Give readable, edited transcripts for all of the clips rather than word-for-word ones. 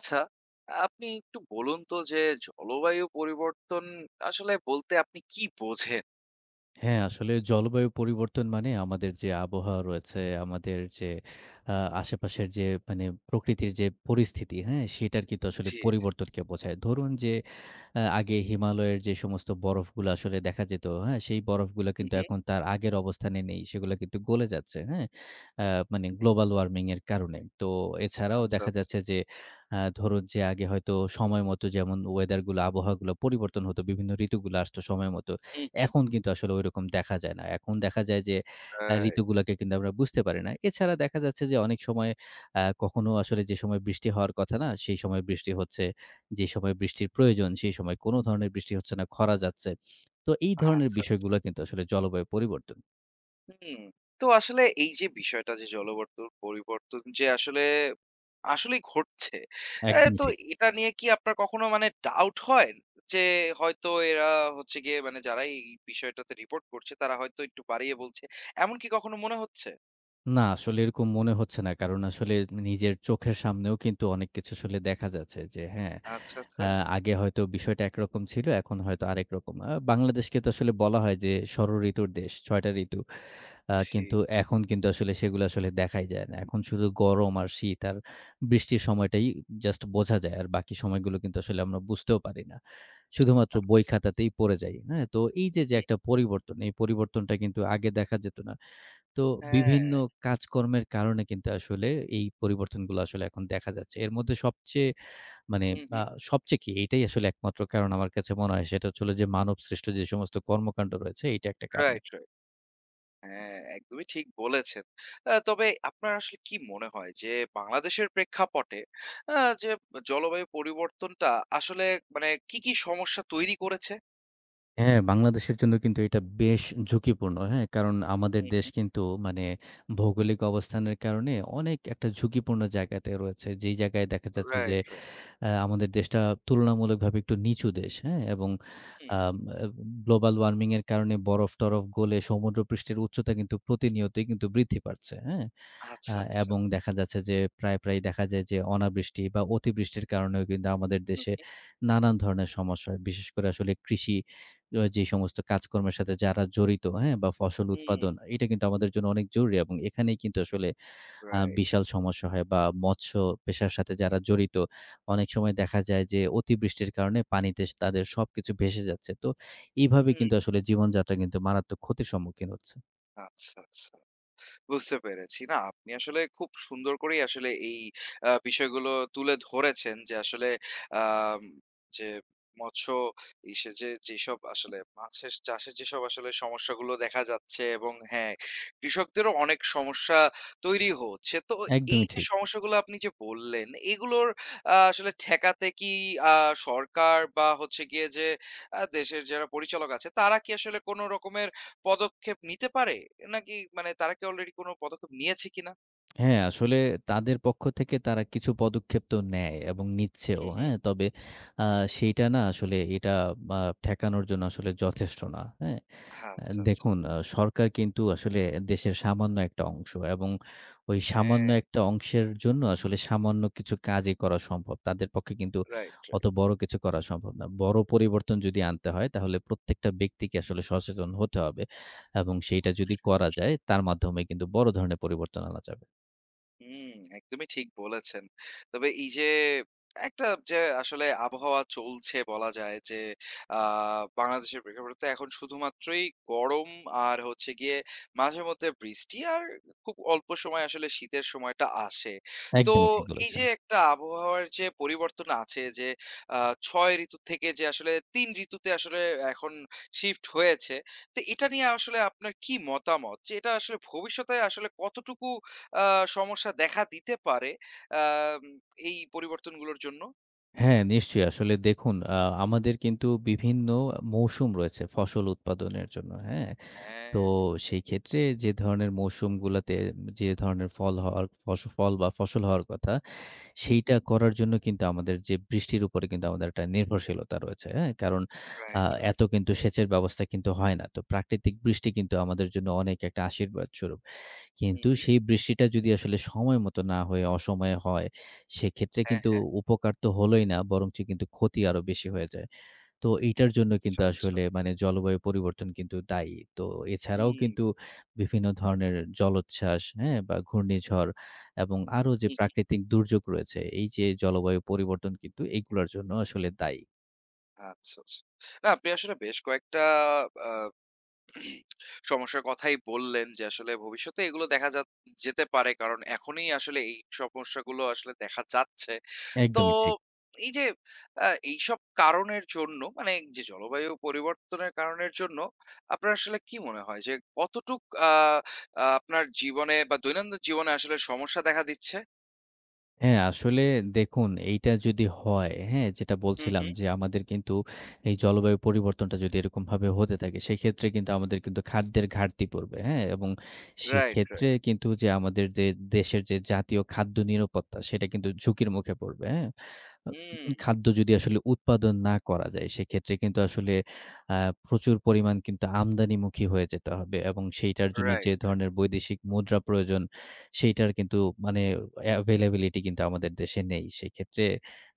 আচ্ছা, আপনি একটু বলুন তো যে জলবায়ু পরিবর্তন আসলে বলতে আপনি কি বোঝেন? হ্যাঁ, আসলে জলবায়ু পরিবর্তন মানে আমাদের যে আবহাওয়া রয়েছে, আমাদের যে আ আশেপাশের যে মানে প্রকৃতির যে পরিস্থিতি, হ্যাঁ? সেটার কিন্তু আসলে জি, জি। পরিবর্তনকে বোঝায়। ধরুন যে আগে হিমালয়ের যে সমস্ত বরফগুলো আসলে দেখা যেত, হ্যাঁ? সেই বরফগুলো হু, কিন্তু হু। এখন তার আগের অবস্থানে নেই। সেগুলো কিন্তু গলে যাচ্ছে, হ্যাঁ? আ মানে গ্লোবাল ওয়ার্মিং এর কারণে। তো এছাড়াও আচ্ছা, দেখা আচ্ছা। যাচ্ছে যে ধরুন যে আগে হয়তো সময় মতো যেমন ওয়েদার গুলো, আবহাওয়াগুলো পরিবর্তন হতো, বিভিন্ন ঋতুগুলো আসতো সময় মতো। হু, হু। এখন কিন্তু আসলে ঐরকম দেখা যায় না। এখন দেখা যায় যে রাইট। ঋতুগুলাকে কিন্তু আমরা বুঝতে পারি না। এছাড়া দেখা যাচ্ছে যে অনেক সময় কখনো আসলে যে সময় বৃষ্টি হওয়ার কথা না, সেই সময় বৃষ্টি হচ্ছে। যে সময় বৃষ্টির প্রয়োজন, সেই সময় কোনো ধরনের বৃষ্টি হচ্ছে না, খরা যাচ্ছে। তো এই ধরনের আচ্ছা, আচ্ছা। বিষয়গুলা কিন্তু আসলে জলবায়ু পরিবর্তন। হুম। তো আসলে এই যে বিষয়টা যে জলবর্তন পরিবর্তন যে আসলে, আসলেই ঘটছে। এ একদমই তো ঠিক। এটা নিয়ে কি আপনার কখনো মানে ডাউট হয়? যে হয়তো এরা হচ্ছে গিয়ে মানে যারা এই বিষয়টাতে রিপোর্ট করছে তারা হয়তো একটু বাড়িয়ে বলছে। এমন কি কখনো মনে হচ্ছে? না, আসলে এরকম মনে হচ্ছে না। কারণ আসলে নিজের চোখের সামনেও কিন্তু অনেক কিছু আসলে দেখা যাচ্ছে যে হ্যাঁ, আচ্ছা, আচ্ছা। আ আগে হয়তো বিষয়টা একরকম ছিল, এখন হয়তো আরেক রকম। বাংলাদেশকে তো আসলে বলা হয় যে ষড়ঋতুর দেশ, ৬ টা ঋতু। আ জি, কিন্তু জি। এখন কিন্তু আসলে সেগুলো আসলে দেখাই যায় না। এখন শুধু গরম আর শীত আর বৃষ্টির সময়টাই জাস্ট বোঝা যায়। আর বাকি সময়গুলো কিন্তু আসলে আমরা বুঝতেও পারি না। শুধুমাত্র আ বই খাতাতেই পড়ে যাই। হ্যাঁ? তো এই যে, যে হুম। একটা পরিবর্তন, এই পরিবর্তনটা কিন্তু আগে দেখা যেত না। তো বিভিন্ন হ্যাঁ, কাজকর্মের কারণে কিন্তু আসলে এই পরিবর্তনগুলো আসলে এখন দেখা যাচ্ছে। এর মধ্যে সবচেয়ে মানে হুম, আ হুম। সবচেয়ে কি এটাই আসলে একমাত্র কারণ আমার কাছে মনে হয় সেটা হচ্ছে হলো যে মানবসৃষ্ট যে সমস্ত কর্মকাণ্ড রয়েছে এইটা একটা কারণ। Right, right. হ্যাঁ, একদমই ঠিক বলেছেন। তবে আপনার আসলে কি মনে হয় যে বাংলাদেশের প্রেক্ষাপটে আ যে জলবায়ু পরিবর্তনটা আসলে মানে কি, কি সমস্যা তৈরি করেছে? হ্যাঁ, বাংলাদেশের জন্য কিন্তু এটা বেশ ঝুঁকিপূর্ণ। হ্যাঁ? কারণ আমাদের হুম, দেশ হুম। কিন্তু মানে ভৌগোলিক অবস্থানের কারণে অনেক একটা ঝুঁকিপূর্ণ জায়গাতে রয়েছে। যেই জায়গায় দেখা যাচ্ছে যে রাইট, রাইট। আমাদের দেশটা তুলনামূলকভাবে একটু নিচু দেশ। হ্যাঁ? এবং হুম, আম আ গ্লোবাল ওয়ার্মিং এর কারণে বরফ-টরফ গলে সমুদ্রপৃষ্ঠের উচ্চতা কিন্তু প্রতিনিয়তই কিন্তু বৃদ্ধি পাচ্ছে। হ্যাঁ? আ আচ্ছা, আচ্ছা। এবং দেখা যাচ্ছে যে প্রায়ই দেখা যায় যে অনাবৃষ্টি বা অতিবৃষ্টির কারণেও কিন্তু আমাদের হুম, দেশে হুম, নানান ধরনের সমস্যা হয়। বিশেষ করে আসলে কৃষি যে সমস্ত কাজকর্মের সাথে যারা জড়িত, হ্যাঁ? বা ফসল রাইট হুম। উৎপাদন, এটা কিন্তু আমাদের জন্য অনেক জরুরি এবং এখানেই কিন্তু আসলে রাইট। বিশাল সমস্যা হয় বা মৎস্য পেশার সাথে যারা জড়িত, অনেক সময় দেখা যায় যে অতিবৃষ্টির কারণে পানিতে তাদের সবকিছু ভেসে যাচ্ছে। তো এইভাবে হুম, কিন্তু আসলে জীবনযাত্রা কিন্তু মারাত্মক ক্ষতির সম্মুখীন হচ্ছে। আচ্ছা, আচ্ছা। বুঝতে পেরেছি। না, আপনি আসলে খুব সুন্দর করেই আসলে এই বিষয়গুলো তুলে ধরেছেন যে আসলে আম যে মৎস্য ইসে যে যেসব আসলে মাছের চাষের যেসব আসলে সমস্যাগুলো দেখা যাচ্ছে এবং হ্যাঁ, কৃষকদেরও অনেক সমস্যা তৈরি হচ্ছে। তো এই একদমই যে ঠিক। সমস্যাগুলো আপনি যে বললেন, এগুলোর আসলে ঠেকাতে কি আ সরকার বা হচ্ছে গিয়ে যে দেশের যারা পরিচালক আছে, তারা কি আসলে কোন রকমের পদক্ষেপ নিতে পারে? নাকি মানে তারা কি অলরেডি কোন পদক্ষেপ নিয়েছে কিনা? হ্যাঁ, আসলে তাদের পক্ষ থেকে তারা কিছু পদক্ষেপ তো নেয় এবং নিচ্ছেও। হু, হু। হ্যাঁ? তবে আ সেইটা না আসলে এটা আ ঠেকানোর জন্য আসলে যথেষ্ট না। হ্যাঁ? আচ্ছা, আচ্ছা। দেখুন সরকার কিন্তু আসলে দেশের সামান্য একটা অংশ এবং ওই সামান্য হ্যাঁ, একটা অংশের জন্য আসলে সামান্য কিছু কাজই করা সম্ভব। তাদের পক্ষে কিন্তু রাইট, অত রাইট। বড় কিছু করা সম্ভব না। বড় পরিবর্তন যদি আনতে হয় তাহলে প্রত্যেকটা ব্যক্তিকে আসলে সচেতন হতে হবে এবং সেইটা যদি অবশ্যই, করা অবশ্যই। যায় তার মাধ্যমে কিন্তু বড় ধরনের পরিবর্তন আনা যাবে। হুম, একদমই ঠিক বলেছেন। তবে এই যে একটা যে আসলে আবহাওয়া চলছে বলা যায় যে আ বাংলাদেশের প্রেক্ষাপটে তো এখন শুধুমাত্রই গরম আর হচ্ছে গিয়ে মাঝে মধ্যে বৃষ্টি আর খুব অল্প সময় আসলে শীতের সময়টা আসে। তো একদমই ঠিক এই বলেছেন। যে একটা আবহাওয়ার যে পরিবর্তন আছে যে আ ৬ ঋতু থেকে যে আসলে ৩ ঋতুতে আসলে এখন শিফট হয়েছে। তো এটা নিয়ে আসলে আপনার কি মতামত? যে এটা আসলে ভবিষ্যতে আসলে কতটুকু আ সমস্যা দেখা দিতে পারে আম এই পরিবর্তনগুলোর জন্য। হ্যাঁ, নিশ্চয়ই। আসলে দেখুন আমাদের কিন্তু বিভিন্ন মৌসুম রয়েছে ফসল উৎপাদনের জন্য, হ্যাঁ? তো হ্যাঁ। সেই ক্ষেত্রে যে ধরনের মৌসুমগুলাতে যে ধরনের ফল হওয়ার ফল বা ফসল হওয়ার কথা, হুম, সেইটা হুম। করার জন্য কিন্তু আমাদের যে বৃষ্টির উপরে কিন্তু আমাদের একটা নির্ভরশীলতা রয়েছে, হ্যাঁ? কারণ আ রাইট, এত রাইট। কিন্তু সেচের ব্যবস্থা কিন্তু হয় না। তো প্রাকৃতিক বৃষ্টি কিন্তু আমাদের জন্য অনেক একটা আশীর্বাদ স্বরূপ। হুম, কিন্তু হুম। সেই বৃষ্টিটা যদি আসলে সময় মতো না হয়ে অসময়ে হয়, সেক্ষেত্রে হ্যাঁ, কিন্তু হ্যাঁ। উপকার তো হলোই না, বরঞ্চ কিন্তু ক্ষতি আরো বেশি হয়ে যায়। তো এইটার জন্য আচ্ছা, কিন্তু আচ্ছা। আসলে মানে জলবায়ু পরিবর্তন কিন্তু দায়ী। তো এছাড়াও হুম, কিন্তু বিভিন্ন ধরনের জলোচ্ছ্বাস, হ্যাঁ? বা ঘূর্ণিঝড় এবং আরো যে হুম, হুম। প্রাকৃতিক দুর্যোগ রয়েছে, এই যে জলবায়ু পরিবর্তন কিন্তু এগুলার জন্য আসলে দায়ী। আচ্ছা, আচ্ছা। না আপনি আসলে বেশ কয়েকটা আ সমস্যার কথাই বললেন যে আসলে ভবিষ্যতে এগুলো দেখা যা যেতে পারে। কারণ এখনই আসলে এই সমস্যাগুলো আসলে দেখা যাচ্ছে। তো একদমই ঠিক। এই যে এইসব কারণের জন্য মানে যে জলবায়ু পরিবর্তনের কারণের জন্য আপনার আসলে কি মনে হয় যে কতটুক আ আ আপনার জীবনে বা দৈনন্দিন জীবনে আসলে সমস্যা দেখা দিচ্ছে? হ্যাঁ, আসলে দেখুন এইটা যদি হয়, হ্যাঁ? যেটা হু, বলছিলাম হু। যে আমাদের কিন্তু এই জলবায়ু পরিবর্তনটা যদি এরকমভাবে হতে থাকে, সেক্ষেত্রে কিন্তু আমাদের কিন্তু খাদ্যের ঘাটতি পড়বে, হ্যাঁ? এবং রাইট, সেক্ষেত্রে রাইট। কিন্তু যে আমাদের যে দেশের যে জাতীয় খাদ্য নিরাপত্তা, সেটা কিন্তু ঝুঁকির মুখে পড়বে, হ্যাঁ? আ হুম, খাদ্য যদি আসলে উৎপাদন না করা যায়, সেক্ষেত্রে কিন্তু আসলে আ প্রচুর পরিমাণ কিন্তু আমদানিমুখী হয়ে যেতে হবে এবং সেইটার জন্য যে রাইট। ধরনের বৈদেশিক মুদ্রা প্রয়োজন, সেইটার কিন্তু মানে availability কিন্তু আমাদের দেশে নেই। সেক্ষেত্রে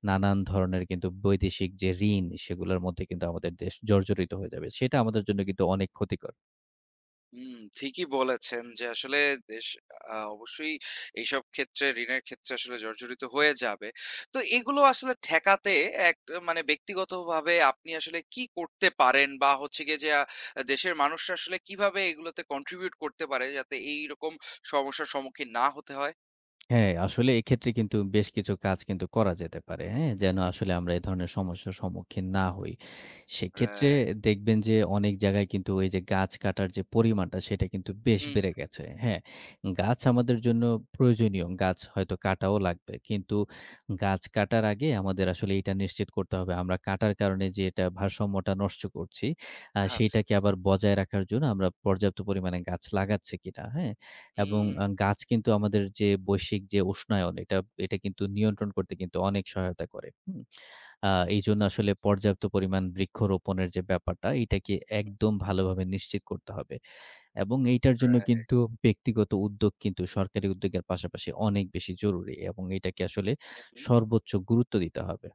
নানান ধরনের কিন্তু বৈদেশিক যে ঋণ, সেগুলোর মধ্যে কিন্তু আমাদের দেশ জর্জরিত হয়ে যাবে। সেটা আমাদের জন্য কিন্তু অনেক ক্ষতিকর। হুম, ঠিকই বলেছেন যে আসলে দেশ অবশ্যই এইসব ক্ষেত্রে ঋণের ক্ষেত্রে আসলে জর্জরিত হয়ে যাবে। তো এগুলো আসলে ঠেকাতে এক মানে ব্যক্তিগতভাবে আপনি আসলে কি করতে পারেন বা হচ্ছে গিয়ে যে দেশের মানুষরা আসলে কিভাবে এগুলোতে কন্ট্রিবিউট করতে পারে যাতে এইরকম সমস্যার সম্মুখীন না হতে হয়? হ্যাঁ, আসলে এক্ষেত্রে কিন্তু বেশ কিছু কাজ কিন্তু করা যেতে পারে। হ্যাঁ? হু, যেন হু। আসলে আমরা এ ধরনের সমস্যার সম্মুখীন না হই। সেক্ষেত্রে রাইট। দেখবেন যে অনেক জায়গায় কিন্তু এই যে গাছ কাটার যে পরিমাণটা সেটা কিন্তু বেশ হুম, বেড়ে right. গেছে। হ্যাঁ? গাছ আমাদের জন্য প্রয়োজনীয়। গাছ হয়তো কাটাও লাগবে। কিন্তু গাছ কাটার আগে আমাদের আসলে এটা নিশ্চিত করতে হবে আমরা কাটার কারণে যে এটা ভারসাম্যটা নষ্ট করছি, হুম, আচ্ছা। সেইটাকে আবার বজায় রাখার জন্য আমরা পর্যাপ্ত পরিমাণে গাছ লাগাচ্ছি কিনা। হ্যাঁ? এবং হুম, গাছ কিন্তু আমাদের যে বৈশ্বিক যে উষ্ণায়ন এটা, এটা কিন্তু নিয়ন্ত্রণ করতে কিন্তু অনেক সহায়তা করে। হুম? আ এইজন্য আসলে পর্যাপ্ত পরিমাণ বৃক্ষরোপণের যে ব্যাপারটা এটাকে একদম ভালোভাবে নিশ্চিত করতে হবে। এবং এইটার জন্য রাইট। কিন্তু ব্যক্তিগত উদ্যোগ কিন্তু সরকারি উদ্যোগের পাশাপাশি অনেক বেশি জরুরি এবং এটাকে আসলে হুম, হুম। সর্বোচ্চ গুরুত্ব দিতে হবে।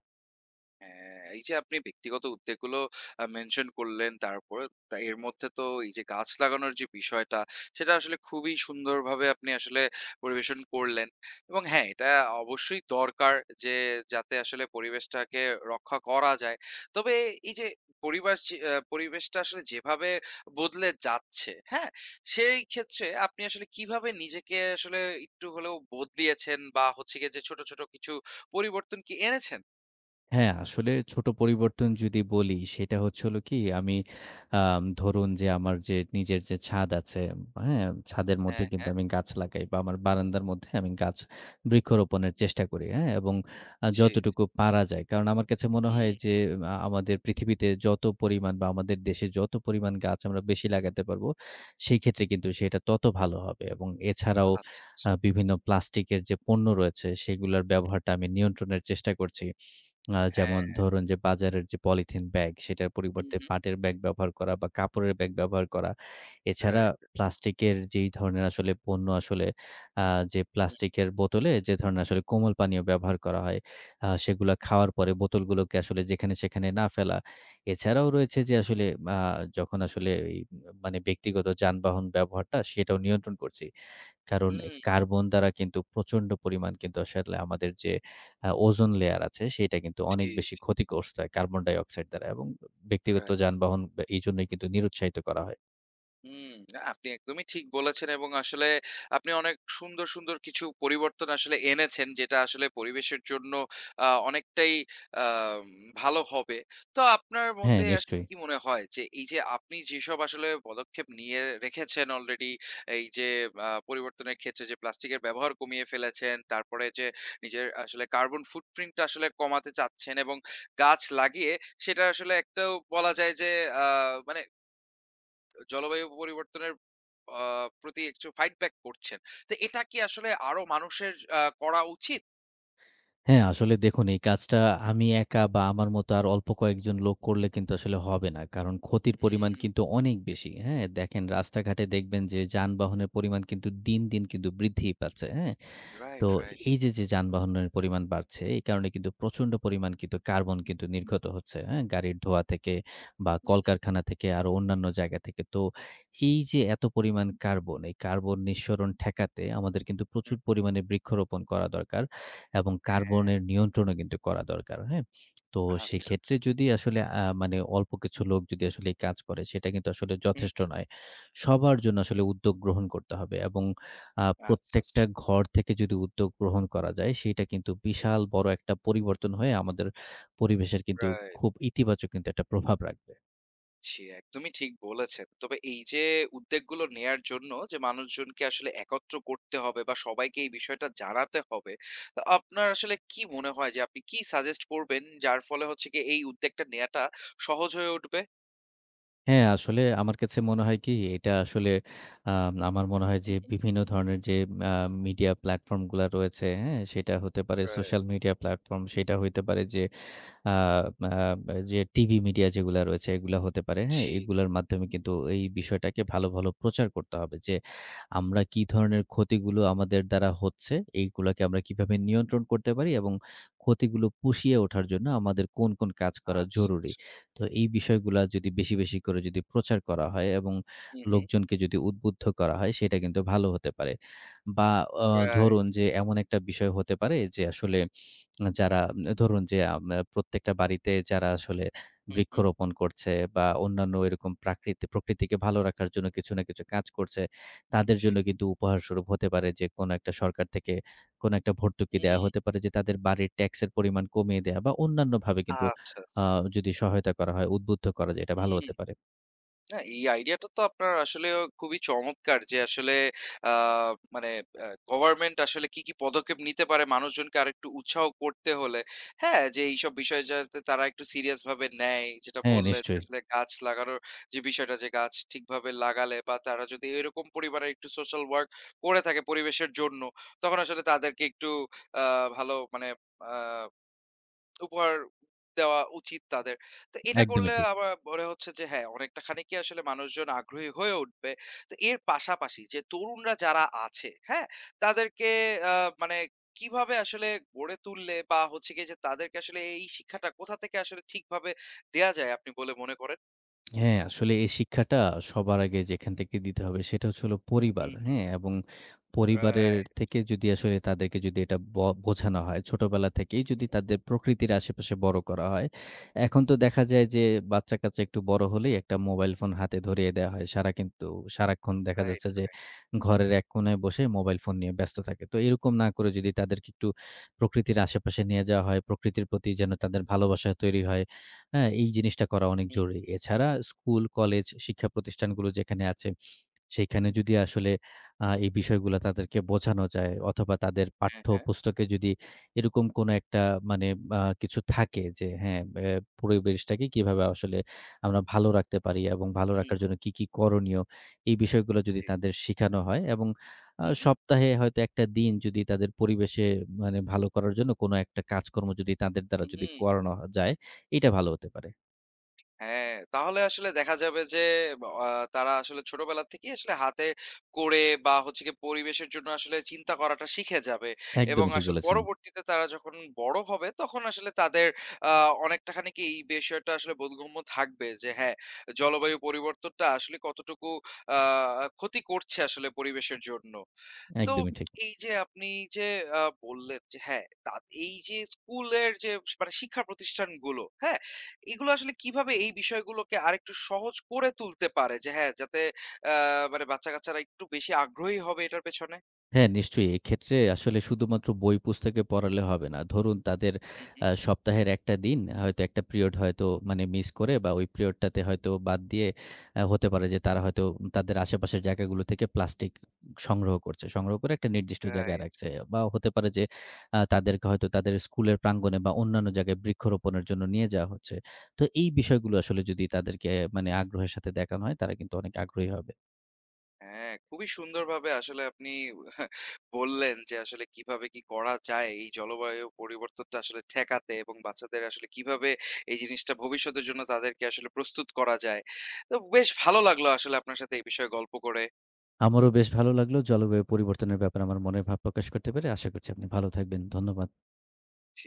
হ্যাঁ, এই যে আপনি ব্যক্তিগত উদ্যোগগুলো মেনশন করলেন তারপরে তা এর মধ্যে তো এই যে গাছ লাগানোর যে বিষয়টা সেটা আসলে খুবই সুন্দরভাবে আপনি আসলে পরিবেশন করলেন। এবং হ্যাঁ, এটা অবশ্যই দরকার যে যাতে আসলে পরিবেশটাকে রক্ষা করা যায়। তবে এই যে পরিবাস যে পরিবেশটা আসলে যেভাবে বদলে যাচ্ছে, হ্যাঁ? সেই ক্ষেত্রে আপনি আসলে কিভাবে নিজেকে আসলে একটু হলেও বদলিয়েছেন বা হচ্ছে গিয়ে যে ছোট, ছোট কিছু পরিবর্তন কি এনেছেন? হ্যাঁ, আসলে ছোট পরিবর্তন যদি বলি, সেটা হচ্ছে হলো কি আমি ধরুন যে আমার যে নিজের যে ছাদ আছে, হ্যাঁ? ছাদের মধ্যে হ্যাঁ, কিন্তু হ্যাঁ। আমি গাছ লাগাই বা আমার বারান্দার মধ্যে আমি গাছ বৃক্ষরোপণের চেষ্টা করি, হ্যাঁ? এবং জি, জি। যতটুকু পারা যায়। কারণ আমার কাছে মনে হয় হুম, যে আমাদের পৃথিবীতে যত পরিমাণ বা আমাদের দেশে যত পরিমাণ গাছ আমরা বেশি লাগাতে পারবো, সেই ক্ষেত্রে কিন্তু সেটা তত ভালো হবে। এবং এছাড়াও আচ্ছা, আচ্ছা। বিভিন্ন প্লাস্টিকের যে পণ্য রয়েছে, সেগুলার ব্যবহারটা আমি নিয়ন্ত্রণের চেষ্টা করছি। যেমন হ্যাঁ। ধরুন যে বাজারের যে পলিথিন ব্যাগ সেটার হু, পরিবর্তে হু। পাটের ব্যাগ ব্যবহার করা বা কাপড়ের ব্যাগ ব্যবহার করা। এছাড়া রাইট। প্লাস্টিকের যেই ধরনের আসলে পণ্য আসলে আ যে হুম, প্লাস্টিকের বোতলে যে ধরনের আসলে কোমল পানীয় ব্যবহার করা হয়, সেগুলা খাওয়ার পরে বোতলগুলোকে আসলে যেখানে সেখানে না ফেলা। এছাড়াও রয়েছে যে আসলে আ যখন আসলে এই ব্যক্তিগত যানবাহন ব্যবহারটা সেটাও নিয়ন্ত্রণ করছি। কারণ এ হুম। কার্বন দ্বারা কিন্তু প্রচন্ড পরিমাণ কিন্তু আসলে আমাদের যে ওজোন লেয়ার আছে, সেটা কিন্তু অনেক জি, বেশি জি। ক্ষতিগ্রস্ত হয় কার্বন ডাইঅক্সাইড দ্বারা এবং ব্যক্তিগত রাইট। যানবাহন বা এইজন্যই কিন্তু নিরুৎসাহিত করা হয়। হুম, না আপনি একদমই ঠিক বলেছেন এবং আসলে আপনি অনেক সুন্দর, সুন্দর কিছু পরিবর্তন আসলে এনেছেন যেটা আসলে পরিবেশের জন্য অনেকটাই আম ভালো হবে। তো আপনার হ্যাঁ, মতে আসলে নিশ্চয়ই। কি মনে হয় যে এই যে আপনি যেসব আসলে পদক্ষেপ নিয়ে রেখেছেন অলরেডি এই যে পরিবর্তনের ক্ষেত্রে যে প্লাস্টিকের ব্যবহার কমিয়ে ফেলেছেন, তারপরে যে নিজের আসলে কার্বন ফুটপ্রিন্ট টা আসলে কমাতে চাচ্ছেন এবং গাছ লাগিয়ে সেটা আসলে একটাও বলা যায় যে আ মানে জলবায়ু পরিবর্তনের আ প্রতি একটু ফাইট ব্যাক করছেন। তো এটা কি আসলে আরো মানুষের করা উচিত? হ্যাঁ, আসলে দেখুন এই কাজটা আমি একা বা আমার মতো আর অল্প কয়েকজন লোক করলে কিন্তু আসলে হবে না। কারণ ক্ষতির হুম, পরিমাণ কিন্তু অনেক বেশি। হ্যাঁ? দেখেন রাস্তাঘাটে দেখবেন যে যানবাহনের পরিমাণ কিন্তু দিন, দিন কিন্তু বৃদ্ধিই পাচ্ছে। হ্যাঁ? তো রাইট, রাইট। এই যে, যে যানবাহনের পরিমাণ বাড়ছে, এই কারণে কিন্তু প্রচন্ড পরিমাণ কিন্তু কার্বন কিন্তু নির্গত হচ্ছে। হ্যাঁ? গাড়ির ধোঁয়া থেকে বা হুম, হুম, কলকারখানা থেকে আরো অন্যান্য জায়গা থেকে। তো এই যে এত পরিমাণ কার্বন, এই কার্বন নিঃসরণ ঠেকাতে আমাদের কিন্তু প্রচুর হুম। পরিমাণে বৃক্ষরোপণ করা দরকার এবং হ্যাঁ, কার্বনের নিয়ন্ত্রণও কিন্তু করা দরকার। হ্যাঁ? তো আচ্ছা। সেক্ষেত্রে যদি আসলে আ মানে অল্প কিছু লোক যদি আসলে এই কাজ করে, সেটা কিন্তু আসলে হুম, যথেষ্ট হুম। নয়। সবার জন্য আসলে উদ্যোগ গ্রহণ করতে হবে এবং আচ্ছা, প্রত্যেকটা আচ্ছা। ঘর থেকে যদি উদ্যোগ গ্রহণ করা যায়, সেইটা কিন্তু বিশাল বড় একটা পরিবর্তন হয়ে আমাদের পরিবেশের কিন্তু রাইট। খুব ইতিবাচক কিন্তু একটা প্রভাব রাখবে। জি, একদমই ঠিক বলেছেন। তবে এই যে উদ্যোগগুলো নেয়ার জন্য যে মানুষজনকে আসলে একত্র করতে হবে বা সবাইকে এই বিষয়টা জানাতে হবে। তো আপনার আসলে কি মনে হয় যে আপনি কি সাজেস্ট করবেন যার ফলে হচ্ছে গিয়ে এই উদ্যোগটা নেয়াটা সহজ হয়ে উঠবে? হ্যাঁ, আসলে আমার কাছে মনে হয় কি এটা আসলে আমার মনে হয় যে হুম, হুম। বিভিন্ন ধরনের যে আ মিডিয়া প্ল্যাটফর্ম গুলা রয়েছে, হ্যাঁ? সেটা হতে পারে সোশ্যাল রাইট। মিডিয়া প্ল্যাটফর্ম, সেটা হইতে পারে যে আ আ যে টিভি মিডিয়া যেগুলা রয়েছে এগুলা হতে পারে, হ্যাঁ? জি, জি। এগুলার মাধ্যমে কিন্তু এই বিষয়টাকে ভালো, ভালো প্রচার করতে হবে যে হুম। আমরা কি ধরনের ক্ষতিগুলো আমাদের দ্বারা হচ্ছে, এইগুলাকে আমরা কিভাবে নিয়ন্ত্রণ করতে পারি এবং ক্ষতিগুলো পুষিয়ে ওঠার জন্য আমাদের কোন, কোন কাজ করা আচ্ছা, জরুরি। আচ্ছা। তো এই বিষয়গুলা যদি বেশি, বেশি করে যদি প্রচার করা হয় এবং হুম, হুম। লোকজনকে যদি উদ্বুদ্ধ করা হয় সেটা কিন্তু ভালো হতে পারে। বা আ ধরুন রাইট। যে এমন একটা বিষয় হতে পারে যে আসলে যারা ধরুন যে প্রত্যেকটা বাড়িতে যারা আসলে হুম, হুম। বৃক্ষরোপণ করছে বা অন্যান্য এরকম প্রকৃতিকে ভালো রাখার জন্য কিছু না কিছু কাজ করছে, তাদের জি। জন্য কিন্তু উপহারস্বরূপ হতে পারে যে কোনো একটা সরকার থেকে কোনো একটা ভর্তুকি দেয়া হতে হুম। পারে যে তাদের বাড়ির ট্যাক্সের পরিমাণ কমিয়ে দেয়া বা অন্যান্যভাবে কিন্তু আচ্ছা, আ আচ্ছা। যদি সহায়তা করা হয়, উদ্বুদ্ধ করা যায় এটা ভালো হুম। হতে পারে। না এই আইডিয়াটা তো আপনার আসলেও খুবই চমৎকার যে আসলে আ মানে গভর্নমেন্ট আসলে কি, কি পদক্ষেপ নিতে পারে মানুষজনকে আরেকটু উৎসাহ করতে হলে। হ্যাঁ, যে এইসব বিষয়ে যাতে তারা একটু সিরিয়াস ভাবে নেয়। যেটা হ্যাঁ, বললেন যে নিশ্চয়ই। আসলে গাছ লাগানোর যে বিষয়টা যে গাছ ঠিকভাবে লাগালে বা তারা যদি এরকম পরিবারে একটু সোশ্যাল ওয়ার্ক করে থাকে পরিবেশের জন্য, তখন আসলে তাদেরকে একটু আ ভালো মানে আ উপহার দেওয়া উচিত তাদের। তো এটা একদমই করলে ঠিক। আমার মনে হচ্ছে যে হ্যাঁ, অনেকটা খানিকই আসলে মানুষজন আগ্রহী হয়ে উঠবে। তো এর পাশাপাশি যে তরুণরা যারা আছে, হ্যাঁ? তাদেরকে আ মানে কিভাবে আসলে গড়ে তুললে বা হচ্ছে গিয়ে যে তাদেরকে আসলে এই শিক্ষাটা কোথা থেকে আসলে ঠিকভাবে দেয়া যায় আপনি বলে মনে করেন? হ্যাঁ, আসলে এই শিক্ষাটা সবার আগে যেখান থেকে দিতে হবে সেটা হচ্ছে হলো পরিবার। হুম, হ্যাঁ? এবং পরিবারের রাইট, থেকে যদি আসলে তাদেরকে যদি এটা ব বোঝানো হয়, ছোটবেলা থেকেই যদি হুম, তাদের প্রকৃতির আশেপাশে বড় করা হয়। এখন তো দেখা যায় যে বাচ্চা-কাচ্চা একটু বড় হলেই একটা মোবাইল ফোন হাতে ধরিয়ে দেয়া হয়। সারাক্ষণ দেখা রাইট, যাচ্ছে যে রাইট। ঘরের এক কোণায় বসে মোবাইল ফোন নিয়ে ব্যস্ত থাকে। তো এরকম না করে যদি তাদেরকে একটু প্রকৃতির আশেপাশে নিয়ে যাওয়া হয়, প্রকৃতির প্রতি যেন তাদের ভালোবাসা তৈরি হয়। হ্যাঁ, এই জিনিসটা করা হুম, অনেক right, right, হুম, জরুরি। এছাড়া স্কুল, কলেজ, শিক্ষা প্রতিষ্ঠানগুলো যেখানে আছে, সেখানে যদি আসলে এই বিষয়গুলো তাদেরকে বোঝানো যায় অথবা তাদের হ্যাঁ, হ্যাঁ। পাঠ্যপুস্তকে যদি এরকম কোনো একটা মানে আ কিছু থাকে যে হ্যাঁ, এ পরিবেশটাকে কিভাবে আসলে আমরা ভালো রাখতে পারি এবং ভালো হুম, রাখার জন্য কি, কি করণীয়? এই বিষয়গুলো যদি জি। তাদের শিখানো হয় এবং হুম, হুম, সপ্তাহে হয়তো একটা দিন যদি তাদের পরিবেশে ভালো করার জন্য কোনো একটা কাজকর্ম যদি তাদের দ্বারা যদি হুম। করানো যায়, এটা ভালো হতে পারে। হ্যাঁ, তাহলে আসলে দেখা যাবে যে আ তারা আসলে ছোটবেলা থেকেই আসলে হাতে করে বা হচ্ছে গিয়ে পরিবেশের জন্য আসলে চিন্তা করাটা শিখে যাবে এবং একদমই ঠিক আসলে বলেছেন। পরবর্তীতে তারা যখন বড় হবে তখন আসলে তাদের আ অনেকটা খানি কি এই বিষয়টা আসলে বোধগম্য থাকবে যে হ্যাঁ, জলবায়ু পরিবর্তনটা আসলে কতটুকু আ ক্ষতি করছে আসলে পরিবেশের জন্য। তো একদমই ঠিক। এই যে আপনি যে বললেন যে হ্যাঁ, তা এই যে স্কুলের যে মানে শিক্ষা প্রতিষ্ঠানগুলো, হ্যাঁ? এগুলো আসলে কিভাবে এই বিষয়গুলোকে আরেকটু সহজ করে তুলতে পারে? যে হ্যাঁ, যাতে আ মানে বাচ্চা-কাচ্চারা একটু বেশি আগ্রহী হবে এটার পেছনে? হ্যাঁ, নিশ্চয়ই এক্ষেত্রে আসলে শুধুমাত্র বই পুস্তকে পড়ালে হবে না। ধরুন তাদের হু, হু। সপ্তাহের একটা দিন হয়তো একটা পিরিয়ড হয়তো মানে মিস করে বা ওই পিরিয়ডটাতে হয়তো বাদ দিয়ে হতে পারে যে তারা হয়তো তাদের আশেপাশের জায়গাগুলো থেকে প্লাস্টিক সংগ্রহ করছে। সংগ্রহ করে একটা নির্দিষ্ট জায়গায় রাইট। রাখছে। বা হতে পারে যে তাদেরকে হয়তো তাদের স্কুলের প্রাঙ্গণে বা অন্যান্য জায়গায় বৃক্ষরোপণের জন্য নিয়ে যাওয়া হচ্ছে। তো এই বিষয়গুলো আসলে যদি তাদেরকে মানে আগ্রহের সাথে দেখানো হয় তারা কিন্তু অনেক আগ্রহী হবে। হ্যাঁ, খুবই সুন্দরভাবে আসলে আপনি বললেন যে আসলে কিভাবে কি করা যায় এই জলবায়ু পরিবর্তনটা আসলে ঠেকাতে এবং বাচ্চাদের আসলে কিভাবে এই জিনিসটা ভবিষ্যতের জন্য তাদেরকে আসলে প্রস্তুত করা যায়। তো বেশ ভালো লাগলো আসলে আপনার সাথে এই বিষয়ে গল্প করে। আমারও বেশ ভালো লাগলো। জলবায়ু পরিবর্তনের ব্যাপারে আমার মনের ভাব প্রকাশ করতে পেরে আশা করছি আপনি ভালো থাকবেন। ধন্যবাদ। জি।